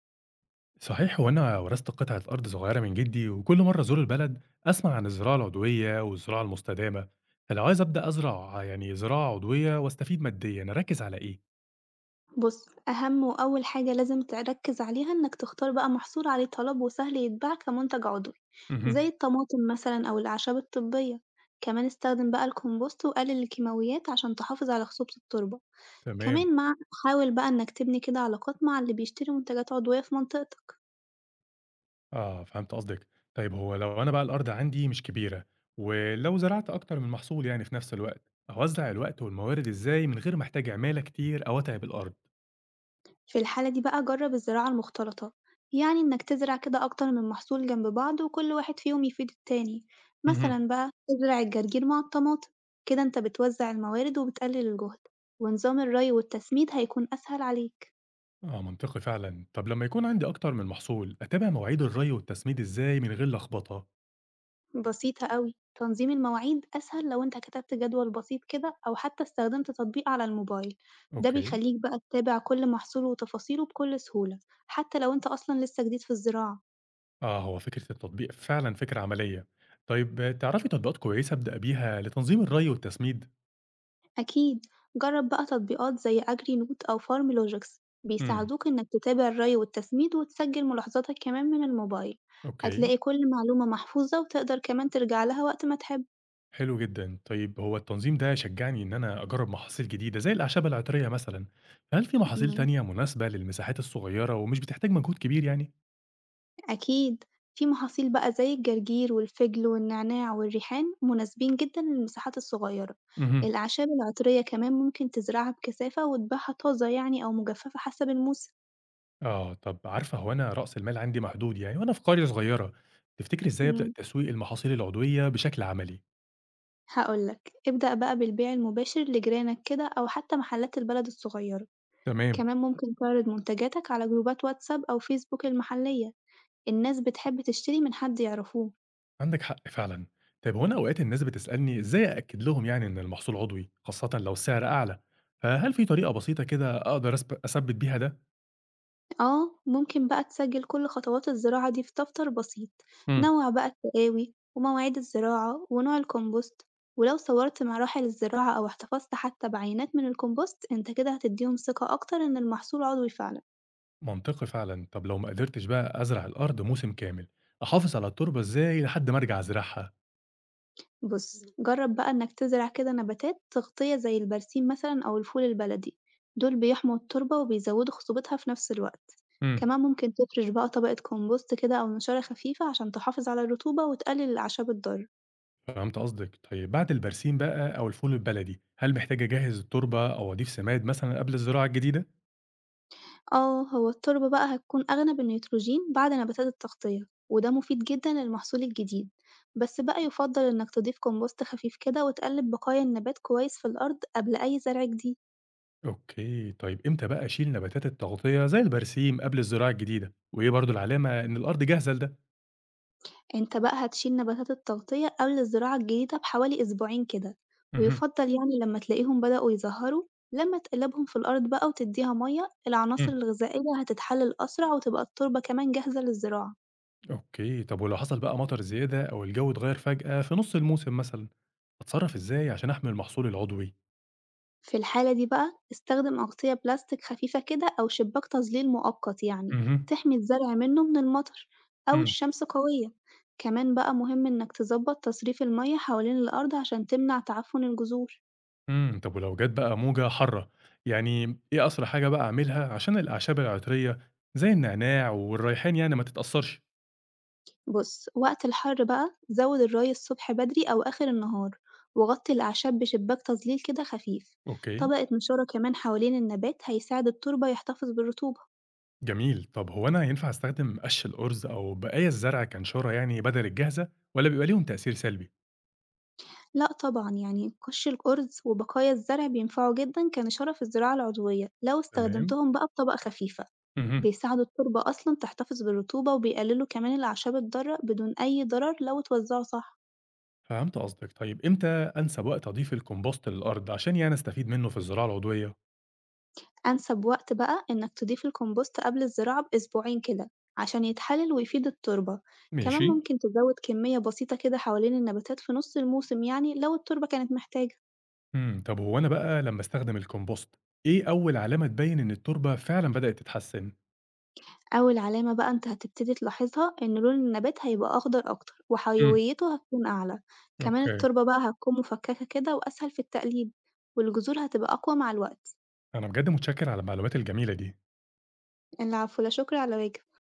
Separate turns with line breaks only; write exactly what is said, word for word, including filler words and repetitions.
صحيح، وأنا ورثت قطعة أرض صغيرة من جدي، وكل مرة أزور البلد أسمع عن الزراعة العضوية والزراعة المستدامة. فلو عايز أبدأ أزرع يعني زراعة عضوية وأستفيد ماديا، أركز على إيه؟
بُص، أهم وأول حاجة لازم تركّز عليها إنك تختار بقى محصول عليه طلب وسهل يتباع كمنتج عضوي، زي
مهم.
الطماطم مثلًا أو الأعشاب الطبية، كمان استخدم بقى الكومبوست وقلل الكيماويات عشان تحافظ على خصوبة التربة،
تمام.
كمان مع حاول بقى إنك تبني كده علاقات مع اللي بيشتري منتجات عضوية في منطقتك.
آه، فهمت قصدك. طيب هو لو أنا بقى الأرض عندي مش كبيرة، ولو زرعت أكتر من محصول يعني في نفس الوقت، أوزع الوقت والموارد إزاي من غير ما أحتاج عمالة كتير أو أتعب الأرض؟
في الحالة دي بقى جرب الزراعة المختلطة، يعني إنك تزرع كده أكتر من محصول جنب بعض وكل واحد فيهم يفيد التاني،
مهم.
مثلا بقى تزرع الجرجير مع الطماطم، كده أنت بتوزع الموارد وبتقلل الجهد، ونظام الري والتسميد هيكون أسهل عليك،
آه، منطقي فعلا. طب لما يكون عندي أكتر من محصول، أتابع مواعيد الري والتسميد إزاي من غير لخبطة؟
بسيطة أوي، تنظيم المواعيد أسهل لو أنت كتبت جدول بسيط كده أو حتى استخدمت تطبيق على الموبايل، ده
أوكي.
بيخليك بقى تتابع كل محصول وتفاصيله بكل سهولة، حتى لو أنت أصلا لسه جديد في الزراعة.
آه، هو فكرة التطبيق فعلًا فكرة عملية. طيب تعرفي تطبيقات كويسة أبدأ بيها لتنظيم الري والتسميد؟
أكيد جرب بقى تطبيقات زي أجري نوت أو فارم لوجيكس
إمم،
بيساعدوك إنك تتابع الري والتسميد وتسجل ملاحظاتك كمان من الموبايل،
أوكي.
هتلاقي كل معلومة محفوظة وتقدر كمان ترجع لها وقت ما تحب.
حلو جدًا. طيب هو التنظيم ده شجّعني إن أنا أجرّب محاصيل جديدة زي الأعشاب العطرية مثلًا، فهل في محاصيل
مم،
تانية مناسبة للمساحات الصغيرة ومش بتحتاج مجهود كبير يعني؟
أكيد، في محاصيل بقى زي الجرجير والفجل والنعناع والريحان مناسبين جدا للمساحات الصغيرة،
اهم.
الأعشاب العطرية كمان ممكن تزرعها بكثافة وتبيعها طازة يعني أو مجففة حسب الموسم.
آه، طب عارفة، هو أنا رأس المال عندي محدود يعني، وأنا في قرية صغيرة، تفتكري إزاي أبدأ
مم.
تسويق المحاصيل العضوية بشكل عملي؟
هاقول لك، ابدأ بقى بالبيع المباشر لجيرانك كده أو حتى محلات البلد الصغيرة،
تمام.
كمان ممكن تعرض منتجاتك على جروبات واتساب أو فيسبوك المحلية، الناس بتحب تشتري من حد يعرفوه.
عندك حق فعلا. طيب هو انا اوقات الناس بتسالني ازاي ااكد لهم يعني ان المحصول عضوي، خاصه لو السعر اعلى، فهل في طريقه بسيطه كده اقدر أسب- اثبت بيها ده؟
آه ممكن بقى تسجل كل خطوات الزراعة دي في دفتر بسيط،
مم.
نوع بقى التقاوي ومواعيد الزراعة ونوع الكومبوست، ولو صورت مراحل الزراعة أو احتفظت حتى بعينات من الكومبوست أنت كده هتديهم ثقة أكتر إن المحصول عضوي فعلًا.
منطقي فعلا. طب لو ما قدرتش بقى ازرع الارض موسم كامل، احافظ على التربه ازاي لحد ما ارجع ازرعها؟
بُص، جرّب بقى إنك تزرع كده نباتات تغطية زي البرسيم مثلًا أو الفول البلدي، دول بيحموا التربة وبيزودوا خصوبتها في نفس الوقت،
مم.
كمان ممكن تفرش بقى طبقة كومبوست كده أو نشارة خفيفة عشان تحافظ على الرطوبة وتقلل الأعشاب الضارة.
فهمت قصدك. طيب بعد البرسيم بقى او الفول البلدي، هل محتاج اجهز التربه او اضيف سماد مثلا قبل الزراعه الجديده؟
آه، هو التربة بقى هتكون أغنى بالنيتروجين بعد نباتات التغطية، وده مفيد جدًا للمحصول الجديد، بس بقى يفضل إنك تضيف كومبوست خفيف كده وتقلب بقايا النبات كويس في الأرض قبل أي زرع جديد.
اوكي. طيب امتى بقى اشيل نباتات التغطيه زي البرسيم قبل الزراعه الجديده، وايه برضو العلامه ان الارض جاهزه لده؟
أنت بقى هتشيل نباتات التغطية قبل الزراعة الجديدة بحوالي أسبوعين كده،
اهم.
ويفضل يعني لما تلاقيهم بدأوا يزهروا، لما تقلبهم في الأرض بقى وتديها مية العناصر
إمم،
الغذائية هتتحلل أسرع وتبقى التربة كمان جاهزة للزراعة.
أوكي. طب ولو حصل بقى مطر زيادة أو الجو اتغير فجأة في نُص الموسم مثلًا، أتصرّف إزاي عشان أحمي المحصول العضوي؟
في الحالة دي بقى استخدم أغطية بلاستيك خفيفة كده أو شباك تظليل مؤقت يعني
اهم.
تحمي الزرع منه من المطر أو
إمم.
الشمس قوية، كمان بقى مهم إنك تظبط تصريف المية حوالين الأرض عشان تمنع تعفن الجذور.
إمم، طب ولو جات بقى موجة حارة، يعني إيه أسرع حاجة بقى أعملها عشان الأعشاب العطرية زي النعناع والريحان يعني ما تتأثّرش؟
بُص، وقت الحر بقى زوِّد الري الصبح بدري أو آخر النهار، وغطّي الأعشاب بشباك تظليل كده خفيف.
أوكي.
طبقة نشارة كمان حوالين النبات هيساعد التربة يحتفظ بالرطوبة.
جميل. طب هو أنا ينفع أستخدم قش الأرز أو بقايا الزرع كنشارة يعني بدل الجاهزة، والّا بيبقى ليهم تأثير سلبي؟
لأ طبعًا، يعني قش الأرز وبقايا الزرع بينفعوا جدًا كنشارة في الزراعة العضوية، لو
تمام.
استخدمتهم بقى بطبقة خفيفة،
اهم.
بيساعدوا التربة أصلًا تحتفظ بالرطوبة وبيقللوا كمان الأعشاب الضارة بدون أي ضرر لو اتوزعوا صح.
فهمت قصدك. طيب إمتى أنسب وقت أضيف الكومبوست للأرض عشان يعني أستفيد منه في الزراعة العضوية؟
أنسب وقت بقى إنك تضيف الكومبوست قبل الزراعة بأسبوعين كده عشان يتحلل ويفيد التربة، كمان
ماشي.
ممكن تزود كمية بسيطة كده حوالين النباتات في نص الموسم يعني لو التربة كانت محتاجة.
إمم، طب هو أنا بقى لمّا أستخدم الكومبوست، إيه أول علامة تبين إن التربة فعلًا بدأت تتحسن؟
أول علامة بقى أنت هتبتدي تلاحظها إن لون النبات هيبقى أخضر أكتر
إمم.
وحيويته هتكون أعلى، كمان
أوكي.
التربة بقى هتكون مفككة كده وأسهل في التقليب، والجذور هتبقى أقوى مع الوقت.
أنا بجد متشكر على المعلومات الجميلة دي.
العفو، لا شكر على واجب.